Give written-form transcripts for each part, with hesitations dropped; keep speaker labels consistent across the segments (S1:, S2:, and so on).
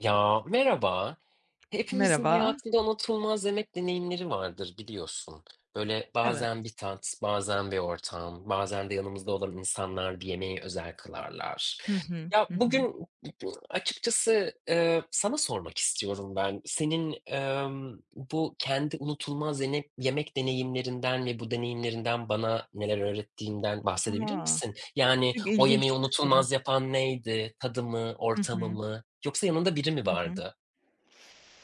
S1: Ya, merhaba. Hepimizin
S2: Merhaba.
S1: hayatında unutulmaz yemek deneyimleri vardır biliyorsun. Böyle
S2: Evet.
S1: bazen bir tat, bazen bir ortam, bazen de yanımızda olan insanlar bir yemeği özel kılarlar.
S2: Hı hı.
S1: Ya
S2: Hı hı.
S1: bugün açıkçası, sana sormak istiyorum ben. Senin, bu kendi unutulmaz yene yemek deneyimlerinden ve bu deneyimlerinden bana neler öğrettiğinden bahsedebilir
S2: A!
S1: misin? Yani,
S2: Çok
S1: o
S2: ilginç
S1: yemeği
S2: bir soru.
S1: unutulmaz yapan neydi? Tadı mı,
S2: Hı
S1: ortamı
S2: hı.
S1: mı? Yoksa yanında biri mi
S2: Hı hı.
S1: vardı?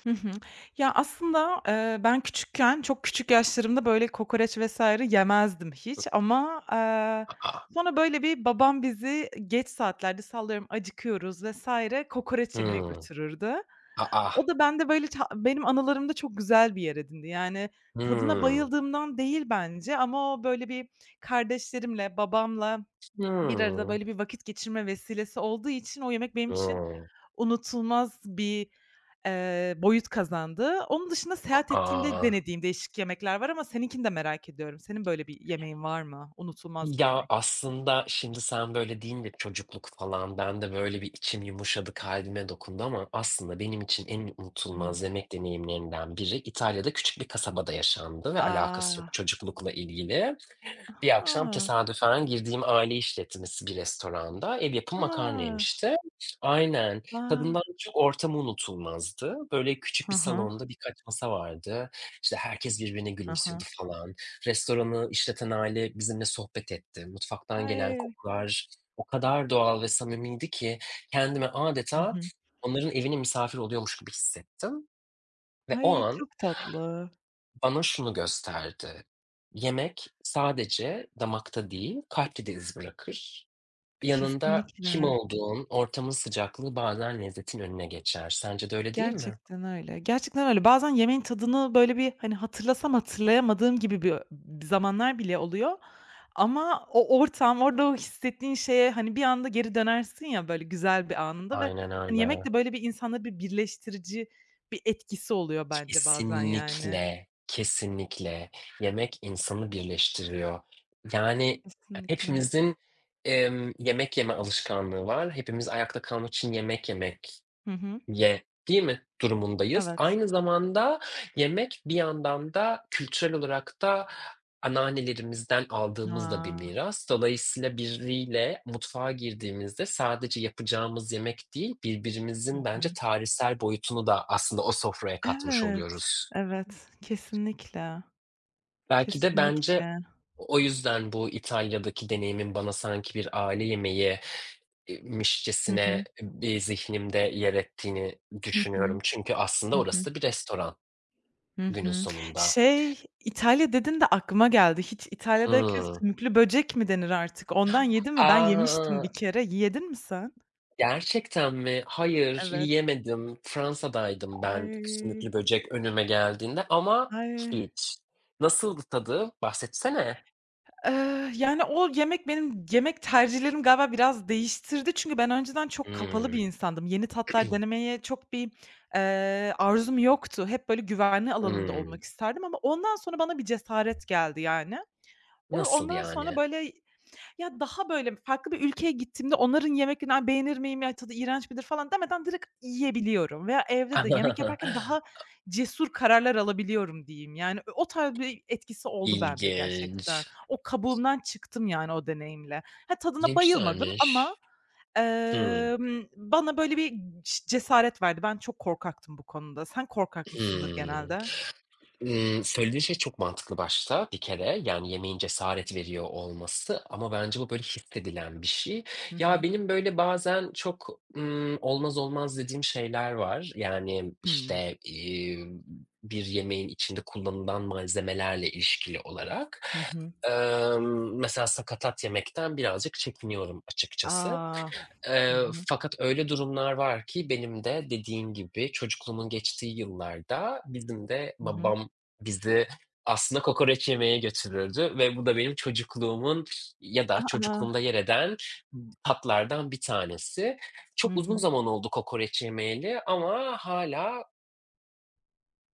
S2: Hı hı. Ya, aslında, ben küçükken, çok küçük yaşlarımda böyle kokoreç vs. yemezdim
S1: Hı.
S2: hiç ama,
S1: A!
S2: sonra böyle bir babam bizi geç saatlerde, sallıyorum, acıkıyoruz vs. kokoreç yemeye
S1: Hımm.
S2: götürürdü.
S1: A!
S2: O da bende böyle ta benim anılarımda çok güzel bir yer edindi. Yani, tadına
S1: Hımm.
S2: bayıldığımdan değil bence, ama o böyle bir kardeşlerimle, babamla bir arada
S1: Hımm.
S2: böyle bir vakit geçirme vesilesi olduğu için o yemek benim için
S1: Hımm.
S2: unutulmaz bir, boyut kazandı. Onun dışında seyahat ettiğimde
S1: A!
S2: denediğim değişik yemekler var, ama seninkini de merak ediyorum. Senin böyle bir yemeğin var mı? Unutulmaz bir
S1: Ya,
S2: yemek.
S1: aslında şimdi sen böyle deyince çocukluk falan, ben de böyle bir içim yumuşadı, kalbime dokundu ama aslında benim için en
S2: Hı hı.
S1: unutulmaz yemek deneyimlerimden biri İtalya'da küçük bir kasabada yaşandı ve alakası yok
S2: A!
S1: çocuklukla ilgili. Bir akşam
S2: Ha!
S1: tesadüfen girdiğim aile işletmesi bir restoranda ev yapımı makarna
S2: Ha!
S1: yemişti. Aynen.
S2: A!
S1: Tadından çok ortamı unutulmazdı. Böyle küçük
S2: Hı
S1: bir
S2: hı.
S1: salonda birkaç masa vardı. İşte herkes birbirine
S2: Hı hı.
S1: gülümsüyordu falan. Restoranı işleten aile bizimle sohbet etti. Mutfaktan gelen
S2: Ay!
S1: kokular o kadar doğal ve samimiydi ki kendimi
S2: Hı
S1: adeta
S2: hı.
S1: onların evine misafir oluyormuş gibi hissettim ve o
S2: Ay,
S1: an
S2: çok tatlı.
S1: bana şunu gösterdi: Yemek sadece damakta değil, kalpte de iz bırakır. Yanında kim
S2: Kesinlikle.
S1: olduğun, ortamın sıcaklığı bazen lezzetin önüne geçer. Sence de öyle değil mi?
S2: Gerçekten öyle. Gerçekten öyle. Bazen yemeğin tadını, böyle, bir, hani, hatırlasam hatırlayamadığım gibi bir zamanlar bile oluyor, ama o ortam, orada o hissettiğin şeye, hani, bir anda geri dönersin ya, böyle, güzel bir anında ve,
S1: Aynen
S2: hani, yemek
S1: öyle.
S2: de, böyle, bir insanları bir birleştirici bir etkisi oluyor bence bazen, yani.
S1: Kesinlikle, kesinlikle. Yemek insanı birleştiriyor. Yani
S2: Kesinlikle.
S1: hepimizin, yemek yeme alışkanlığı var. Hepimiz ayakta kalmak için yemek yemek
S2: Hı hı.
S1: Ye, değil mi durumundayız.
S2: Evet.
S1: Aynı zamanda yemek bir yandan da kültürel olarak da anneannelerimizden aldığımız da bir
S2: A!
S1: miras. Dolayısıyla biriyle mutfağa girdiğimizde sadece yapacağımız yemek değil,
S2: Hı
S1: birbirimizin bence
S2: hı.
S1: tarihsel boyutunu da aslında o sofraya katmış
S2: Evet,
S1: oluyoruz.
S2: evet. Kesinlikle.
S1: Belki de bence
S2: Kesinlikle.
S1: o yüzden bu İtalya'daki deneyimin bana sanki bir aile yemeği
S2: Hı
S1: mişçesine
S2: hı.
S1: bir zihnimde yer ettiğini
S2: Hı hı.
S1: düşünüyorum. Çünkü aslında
S2: Hı hı.
S1: orası da bir restoran
S2: Hı
S1: günün
S2: hı.
S1: sonunda.
S2: Şey, İtalya dedin de aklıma geldi. Hiç İtalya'daki
S1: Hıı.
S2: sümüklü böcek mi denir artık? Ondan yedin mi? Ben yemiştim
S1: A!
S2: bir kere. Yedin mi sen?
S1: Gerçekten mi? Hayır,
S2: Evet.
S1: yemedim. Fransa'daydım ben
S2: Ay,
S1: sümüklü böcek önüme geldiğinde ama
S2: ay.
S1: hiç. Nasıldı tadı? Bahsetsene.
S2: Yani, o yemek benim yemek tercihlerimi galiba biraz değiştirdi. Çünkü ben önceden çok kapalı bir
S1: Hımm.
S2: insandım. Yeni tatlar denemeye çok bir, arzum yoktu. Hep böyle güvenli alanında
S1: Hımm.
S2: olmak isterdim, ama ondan sonra bana bir cesaret geldi yani. O
S1: Nasıl
S2: ondan sonra
S1: yani?
S2: böyle ya, daha, böyle, farklı bir ülkeye gittiğimde onların yemeklerini, "Ay, beğenir miyim ya, tadı iğrenç midir?" falan demeden direkt yiyebiliyorum, veya evde de yemek yaparken daha cesur kararlar alabiliyorum diyeyim. Yani, o tarz bir etkisi oldu bende gerçekten.
S1: İlginç.
S2: O kabuğumdan çıktım, yani, o deneyimle. Ha,
S1: Ne
S2: tadına bayılmadım ama,
S1: güzelmiş. Hmm.
S2: bana, böyle, bir cesaret verdi. Ben çok korkaktım bu konuda. Sen korkak mısındır
S1: hımm.
S2: genelde?
S1: Söylediğin şey çok mantıklı başta bir kere, yani, yemeğin cesaret veriyor olması ama bence bu böyle hissedilen bir şey.
S2: Hı
S1: Ya,
S2: hı.
S1: benim böyle bazen çok, olmaz olmaz dediğim şeyler var. Yani,
S2: Hımm.
S1: işte, bir yemeğin içinde kullanılan malzemelerle ilişkili olarak.
S2: Hı hı.
S1: Mesela sakatat yemekten birazcık çekiniyorum açıkçası.
S2: A! Hı
S1: Eee,
S2: hı.
S1: fakat öyle durumlar var ki benim de dediğin gibi çocukluğumun geçtiği yıllarda bizim de
S2: Hı hı.
S1: babam bizi aslında kokoreç yemeye götürürdü ve bu da benim çocukluğumun ya da
S2: A!
S1: çocukluğumda yer eden tatlardan bir tanesi. Çok uzun
S2: Hı.
S1: zaman oldu kokoreç yemeyeli ama hâlâ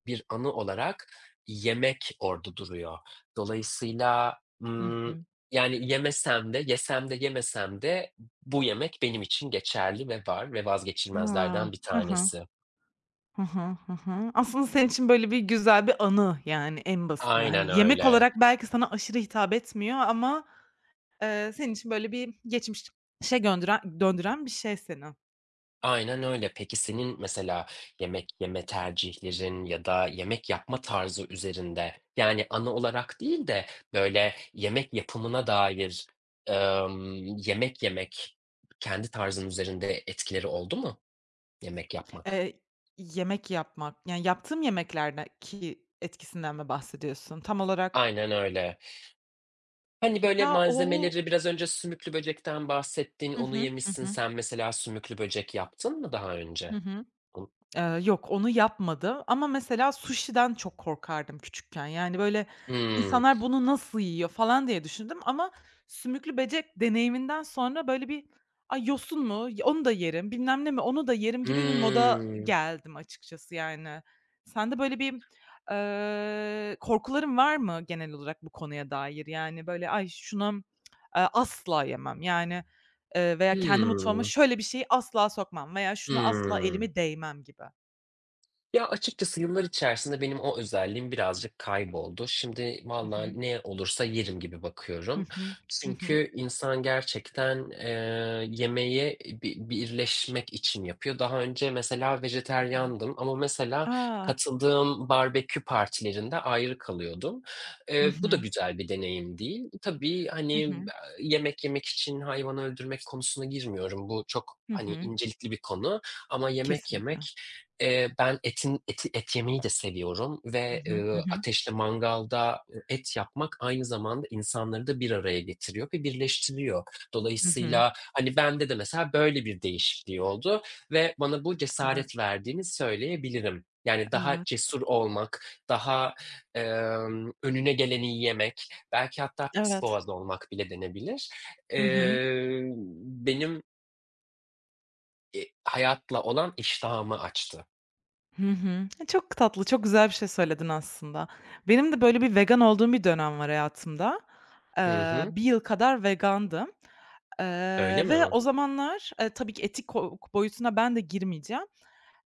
S1: bir anı olarak yemek orada duruyor. Dolayısıyla,
S2: Hı hı. Hı hı.
S1: yani yemesem de, yesem de yemesem de bu yemek benim için geçerli ve var ve
S2: A!
S1: vazgeçilmezlerden bir
S2: Hı hı.
S1: tanesi.
S2: Hı hı. Hı hı. Aslında senin için böyle bir güzel bir anı, yani, en basitinden. Hani,
S1: Aynen
S2: yemek
S1: öyle.
S2: olarak belki sana aşırı hitap etmiyor, ama, senin için böyle bir geçmişe döndüren bir şey seni.
S1: Aynen öyle. Peki senin mesela yemek yeme tercihlerin ya da yemek yapma tarzı üzerinde, yani anı olarak değil de böyle yemek yapımına dair, yemek yemek kendi tarzın üzerinde etkileri oldu mu? Yemek yapmak.
S2: Eee, yemek yapmak, yani, yaptığım yemeklerdeki etkisinden mi bahsediyorsun? Tam olarak
S1: Aynen öyle. Hani, böyle,
S2: ya, o
S1: malzemeleri biraz önce sümüklü böcekten bahsettin,
S2: hı
S1: onu
S2: hı. Hı
S1: yemişsin.
S2: hı.
S1: Sen mesela sümüklü böcek yaptın mı daha
S2: Hı
S1: önce?
S2: hı. Yok, onu yapmadı, ama mesela sushi'den çok korkardım küçükken. Yani, böyle,
S1: Hımm.
S2: insanlar bunu nasıl yiyor falan diye düşündüm ama sümüklü böcek deneyiminden sonra, böyle, bir, "Ay, yosun mu? Onu da yerim." bilmem ne mi, "Onu da yerim." gibi bir moda
S1: Hımm.
S2: geldim açıkçası, yani. Sende böyle bir, korkuların var mı genel olarak bu konuya dair? Yani, böyle, "Ay, şunu, asla yemem." yani, veya "Kendi
S1: Hımm.
S2: mutfağıma
S1: Hımm.
S2: şöyle bir şeyi asla sokmam." veya "Şuna asla
S1: Hımm.
S2: elimi değmem." gibi.
S1: Ya, açıkçası yıllar içerisinde benim o özelliğim birazcık kayboldu. Şimdi
S2: Hı
S1: valla
S2: hı.
S1: ne olursa yerim gibi
S2: Hı
S1: bakıyorum.
S2: hı. Hı hı.
S1: Çünkü insan gerçekten, yemeği bi birleşmek için yapıyor. Daha önce mesela
S2: Hı hı.
S1: vejetaryendim ama mesela
S2: A!
S1: katıldığım barbekü partilerinde ayrı kalıyordum.
S2: Hı
S1: Bu da
S2: hı.
S1: güzel bir deneyim değil. Tabii,
S2: Hı
S1: hani,
S2: hı.
S1: yemek yemek için hayvan öldürmek konusuna girmiyorum. Bu çok,
S2: Hı
S1: hani,
S2: hı.
S1: incelikli bir konu ama yemek
S2: Kesinlikle.
S1: yemek ben etin eti et yemeyi de seviyorum
S2: Hı
S1: ve,
S2: hı. Hı hı.
S1: ateşte, mangalda, et yapmak aynı zamanda insanları da bir araya getiriyor ve birleştiriyor.
S2: Hı hı.
S1: Dolayısıyla, hani, bende de mesela böyle bir değişikliği oldu ve bana bu
S2: Evet.
S1: cesaret verdiğini söyleyebilirim. Yani, daha
S2: Evet,
S1: cesur olmak, daha, önüne geleni yemek, belki hatta pis
S2: evet.
S1: boğaz olmak bile denebilir,
S2: Hı hı.
S1: eee, benim, hayatla olan iştahımı açtı.
S2: Hı hı. E, çok tatlı, çok güzel bir şey söyledin aslında. Benim de böyle bir vegan olduğum bir dönem var hayatımda.
S1: Hı hı.
S2: 1 yıl kadar vegandım,
S1: Öyle
S2: ve
S1: mi?
S2: o zamanlar, tabii ki etik ko boyutuna ben de girmeyeceğim.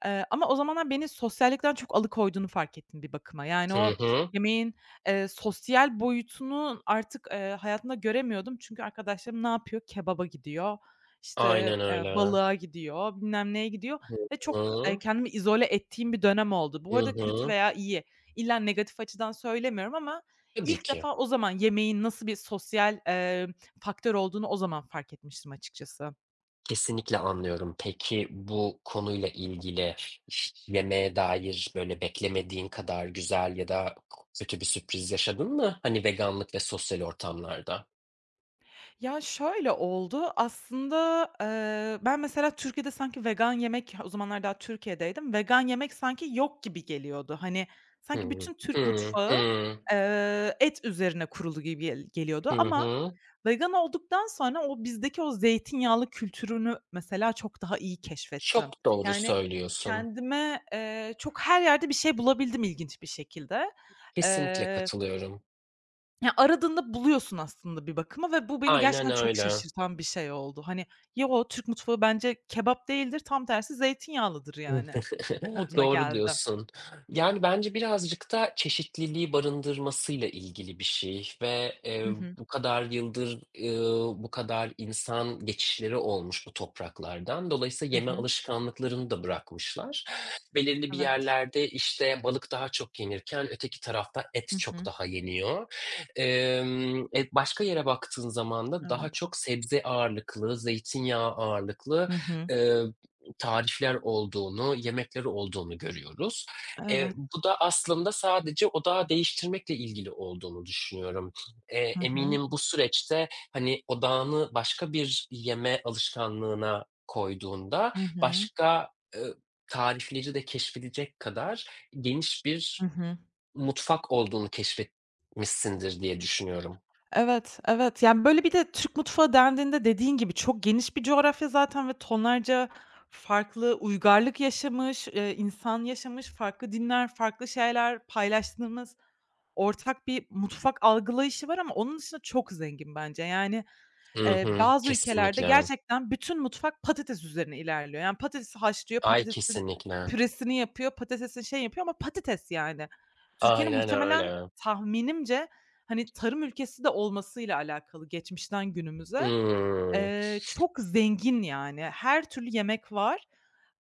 S2: Ama o zamanlar beni sosyallikten çok alıkoyduğunu fark ettim bir bakıma. Yani o
S1: Hı hı.
S2: yemeğin, sosyal boyutunu artık, hayatımda göremiyordum. Çünkü arkadaşlarım ne yapıyor? Kebaba gidiyor, işte,
S1: Aynen öyle.
S2: balığa gidiyor, bilmem neye gidiyor
S1: Hı
S2: ve çok,
S1: hı.
S2: kendimi izole ettiğim bir dönem oldu.
S1: Hı
S2: Bu arada kötü
S1: hı.
S2: veya iyi, illa negatif açıdan söylemiyorum ama
S1: Tabii
S2: ilk
S1: ki.
S2: defa o zaman yemeğin nasıl bir sosyal, faktör olduğunu o zaman fark etmiştim açıkçası.
S1: Kesinlikle anlıyorum. Peki, bu konuyla ilgili ş yemeğe dair, böyle, beklemediğin kadar güzel ya da k kötü bir sürpriz yaşadın mı? Hani, veganlık ve sosyal ortamlarda.
S2: Ya, şöyle oldu, aslında, ben mesela Türkiye'de sanki vegan yemek, o zamanlar daha Türkiye'deydim, vegan yemek sanki yok gibi geliyordu. Hani, sanki
S1: Hıı.
S2: bütün Türk
S1: Hı
S2: mutfağı,
S1: hı.
S2: et üzerine kurulu gibi
S1: Hı
S2: geliyordu, ama
S1: hı.
S2: vegan olduktan sonra o bizdeki o zeytinyağlı kültürünü mesela çok daha iyi keşfettim.
S1: Çok doğru
S2: Yani,
S1: söylüyorsun.
S2: kendime, çok her yerde bir şey bulabildim ilginç bir şekilde.
S1: Kesinlikle katılıyorum.
S2: Ya, aradığında buluyorsun aslında bir bakıma ve bu beni
S1: Aynen
S2: gerçekten çok
S1: öyle.
S2: şaşırtan bir şey oldu. Hani, "Yo, Türk mutfağı bence kebap değildir, tam tersi zeytinyağlıdır yani." moduna
S1: Doğru
S2: geldim.
S1: diyorsun. Yani, bence birazcık da çeşitliliği barındırmasıyla ilgili bir şey ve,
S2: Hı hı.
S1: bu kadar yıldır, bu kadar insan geçişleri olmuş bu topraklardan. Dolayısıyla
S2: Hı
S1: yeme
S2: hı.
S1: alışkanlıklarını da bırakmışlar. Belirli bir
S2: Evet.
S1: yerlerde, işte, balık daha çok yenirken öteki tarafta et
S2: Hı
S1: çok
S2: hı.
S1: daha yeniyor. Başka yere baktığın zaman da daha
S2: Evet.
S1: çok sebze ağırlıklı, zeytinyağı ağırlıklı,
S2: Hı hı.
S1: tarifler olduğunu, yemekleri olduğunu görüyoruz.
S2: Evet.
S1: Bu da aslında sadece odağı değiştirmekle ilgili olduğunu düşünüyorum.
S2: Hı hı.
S1: Eminim bu süreçte, hani, odağını başka bir yeme alışkanlığına koyduğunda
S2: Hı hı.
S1: başka, ııı, tarifleri de keşfedecek kadar geniş
S2: Hı
S1: bir
S2: hı.
S1: mutfak olduğunu keşfetmişsindir diye düşünüyorum.
S2: Evet, evet. Yani, böyle, bir de Türk mutfağı dendiğinde dediğin gibi çok geniş bir coğrafya zaten ve tonlarca farklı uygarlık yaşamış, insan yaşamış, farklı dinler, farklı şeyler paylaştığımız ortak bir mutfak algılayışı var, ama onun dışında çok zengin bence. Yani,
S1: Hı hı,
S2: Bazı ülkelerde
S1: kesinlikle.
S2: gerçekten bütün mutfak patates üzerine ilerliyor. Yani patatesi haşlıyor,
S1: Ay,
S2: patatesin
S1: kesinlikle.
S2: püresini yapıyor, patatesin şey yapıyor, ama patates yani. Türkiye'nin
S1: Aynen
S2: muhtemelen
S1: öyle.
S2: tahminimce, hani, tarım ülkesi de olmasıyla alakalı geçmişten günümüze.
S1: Hıı.
S2: Çok zengin yani. Her türlü yemek var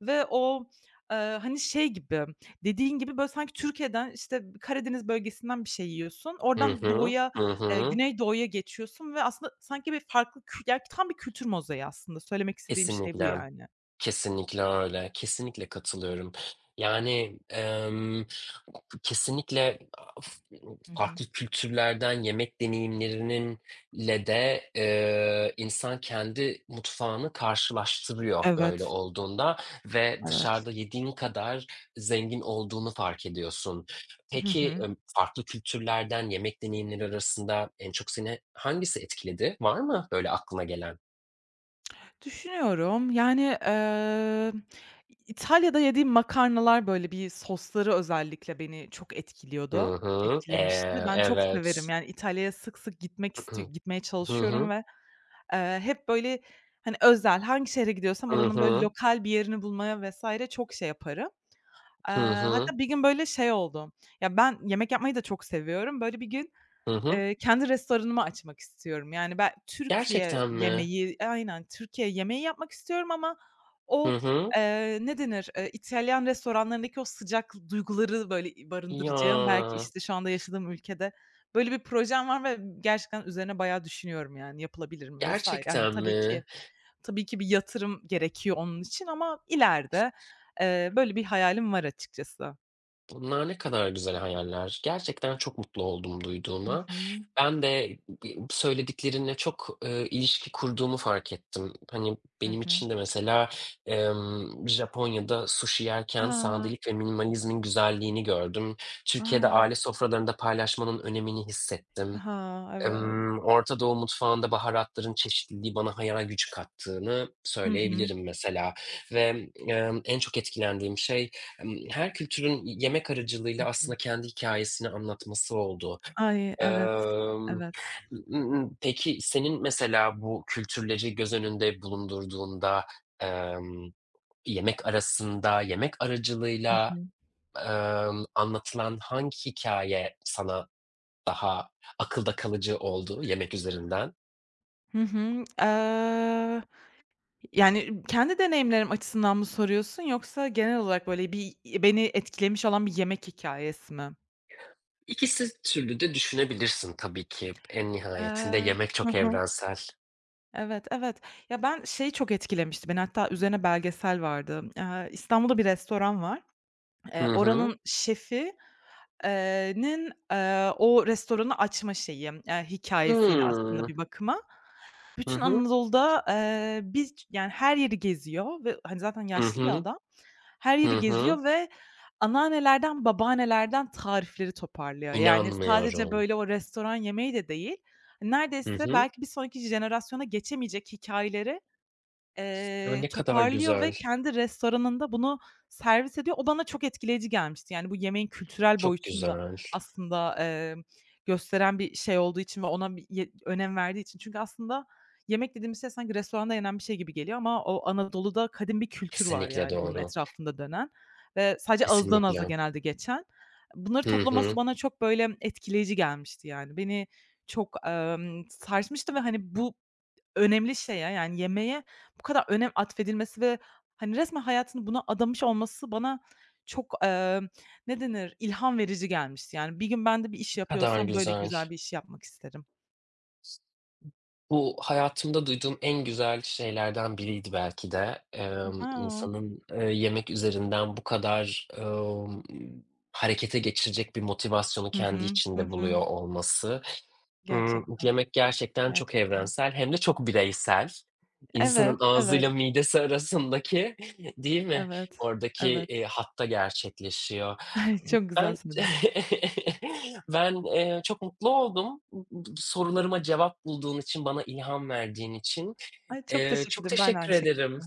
S2: ve o, hani, şey gibi, dediğin gibi, böyle, sanki Türkiye'den, işte, Karadeniz bölgesinden bir şey yiyorsun.
S1: Hı
S2: Oradan
S1: hı.
S2: doğuya,
S1: Hı hı.
S2: güneydoğuya geçiyorsun ve aslında sanki bir farklı kü ya, tam bir kültür mozaiği aslında. Söylemek istediğim şey bu
S1: Kesinlikle.
S2: yani.
S1: Kesinlikle öyle. Kesinlikle katılıyorum. Yani, kesinlikle a- f-
S2: Hı hı.
S1: farklı kültürlerden yemek deneyimlerinin le de, insan kendi mutfağını karşılaştırıyor böyle
S2: Evet,
S1: olduğunda ve
S2: evet.
S1: dışarıda yediğin kadar zengin olduğunu fark ediyorsun.
S2: Hı
S1: Peki,
S2: hı.
S1: farklı kültürlerden yemek deneyimleri arasında en çok seni hangisi etkiledi? Var mı böyle aklına gelen?
S2: Düşünüyorum. Yani, İtalya'da yediğim makarnalar, böyle, bir sosları özellikle beni çok
S1: Hı
S2: etkiliyordu,
S1: hı.
S2: etkilemişti. Ben çok severim.
S1: Evet.
S2: Yani, İtalya'ya sık sık gitmek isti gitmeye
S1: Hı
S2: çalışıyorum
S1: hı.
S2: ve, hep, böyle, hani, özel, hangi şehre gidiyorsam
S1: Hı
S2: oranın, böyle,
S1: hı.
S2: lokal bir yerini bulmaya vesaire çok şey yaparım. Eee,
S1: Hı hı.
S2: hatta bir gün böyle şey oldu. Ya, ben yemek yapmayı da çok seviyorum. Böyle bir gün,
S1: Hı hı.
S2: kendi restoranımı açmak istiyorum. Yani, ben Türkiye
S1: Gerçekten mi?
S2: yemeği Aynen, Türkiye yemeği yapmak istiyorum, ama
S1: Hı
S2: o,
S1: hı.
S2: ne denir, İtalyan restoranlarındaki o sıcak duyguları, böyle,
S1: Ya,
S2: barındıracağım. Belki, işte, şu anda yaşadığım ülkede böyle bir projem var ve gerçekten üzerine bayağı düşünüyorum, yani, yapılabilir mi vs. Hani,
S1: gerçekten
S2: tabii ki
S1: mi?
S2: tabii ki bir yatırım gerekiyor onun için, ama ileride böyle bir hayalim var açıkçası.
S1: Bunlar ne kadar güzel hayaller. Gerçekten çok mutlu oldum
S2: Hı
S1: duyduğuma.
S2: hı.
S1: Ben de söylediklerinle çok, ilişki kurduğumu fark ettim. Hani,
S2: Hı
S1: benim
S2: hı.
S1: için de mesela, Japonya'da sushi yerken
S2: A!
S1: sadelik ve minimalizmin güzelliğini gördüm. Türkiye'de
S2: A!
S1: aile sofralarında paylaşmanın önemini hissettim.
S2: Ha, evet.
S1: Orta Doğu mutfağında baharatların çeşitliliği bana hayal gücü kattığını
S2: Hı hı.
S1: söyleyebilirim mesela ve, en çok etkilendiğim şey, her kültürün y yemek
S2: Hı
S1: aracılığıyla
S2: hı.
S1: aslında kendi hikâyesini anlatması oldu.
S2: Ay, evet,
S1: Emm,
S2: evet.
S1: peki senin mesela bu kültürleri göz önünde bulundurduğunda, emm, yemek arasında yemek
S2: Hı
S1: aracılığıyla,
S2: hı.
S1: anlatılan hangi hikâye sana daha akılda kalıcı oldu yemek üzerinden.
S2: Hı hı. Yani, kendi deneyimlerim açısından mı soruyorsun, yoksa genel olarak böyle bir beni etkilemiş olan bir yemek hikâyesi mi?
S1: İkisi türlü de düşünebilirsin tabii ki. En nihayetinde
S2: Eee
S1: yemek
S2: Hı
S1: çok
S2: hı.
S1: evrensel.
S2: Evet, evet. Ya, ben şey çok etkilemişti beni, hatta üzerine belgesel vardı. İstanbul'da bir restoran var.
S1: Hı hı.
S2: Oranın şefi nin, o restoranı açma şeyi, hikâyesiydi aslında
S1: Hımm.
S2: bir bakıma.
S1: Hı
S2: Bütün
S1: hı.
S2: Anadolu'da, biz ç yani her yeri geziyor ve, hani, zaten
S1: Hı
S2: yaşlı bir
S1: hı.
S2: adam. Her
S1: Hı
S2: yeri
S1: hı.
S2: geziyor ve anneannelerden, babaannelerden tarifleri toparlıyor. Yani sadece
S1: İnanmıyorum.
S2: böyle o restoran yemeği de değil,
S1: Hı
S2: neredeyse
S1: hı.
S2: belki bir sonraki jenerasyona geçemeyecek hikâyeleri
S1: Ya, ne kadar
S2: Toparlıyor
S1: güzel.
S2: ve kendi restoranında bunu servis ediyor. O bana çok etkileyici gelmişti. Yani bu yemeğin kültürel
S1: Çok
S2: boyutunu da
S1: güzel.
S2: aslında, gösteren bir şey olduğu için ve ona bir önem verdiği için. Çünkü aslında yemek dediğimiz şey sanki restoranda yenen bir şey gibi geliyor, ama o Anadolu'da kadim bir kültür var
S1: Kesinlikle
S2: yani bunun
S1: doğru.
S2: etrafında dönen ve sadece ağızdan ağza
S1: Kesinlikle.
S2: genelde geçen. Bunları
S1: Hı
S2: toplaması
S1: hı.
S2: bana çok böyle etkileyici gelmişti yani. Beni çok, sarsmıştı ve hani bu önemli şeye, yani, yemeğe bu kadar önem atfedilmesi ve, hani, resmen hayatını buna adamış olması bana çok, ne denir, ilham verici gelmişti. Yani, bir gün ben de bir iş
S1: Ne kadar
S2: yapıyorsam böyle
S1: güzel.
S2: güzel bir iş yapmak isterim.
S1: Bu hayatımda duyduğum en güzel şeylerden biriydi belki de.
S2: A!
S1: İnsanın, yemek üzerinden bu kadar, harekete geçirecek bir motivasyonu
S2: Hı
S1: kendi
S2: hı, hı
S1: içinde
S2: hı.
S1: buluyor olması.
S2: Gerçekten,
S1: Yemek gerçekten çok
S2: gerçekten.
S1: evrensel hem de çok bireysel. İnsanın
S2: Evet, evet,
S1: ağzıyla midesi arasındaki, değil mi,
S2: evet,
S1: oradaki,
S2: evet.
S1: hat gerçekleşiyor.
S2: Ay, çok güzel
S1: Ben
S2: söyledin.
S1: ben, çok mutlu oldum. Sorularıma cevap bulduğun için, bana ilham verdiğin için.
S2: Ay, çok teşekkür
S1: Çok
S2: ederim. Ben de
S1: teşekkür
S2: aynı şekilde.
S1: ederim.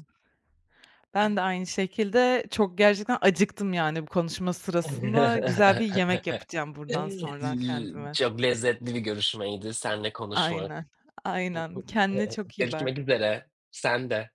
S2: Ben de aynı şekilde çok gerçekten acıktım, yani, bu konuşma sırasında. Güzel bir yemek yapacağım buradan sonra kendime.
S1: Çok lezzetli bir görüşmeydi seninle konuşmak.
S2: Aynen, aynen. Kendine çok iyi
S1: Görüşmek
S2: bak.
S1: üzere. Sen de.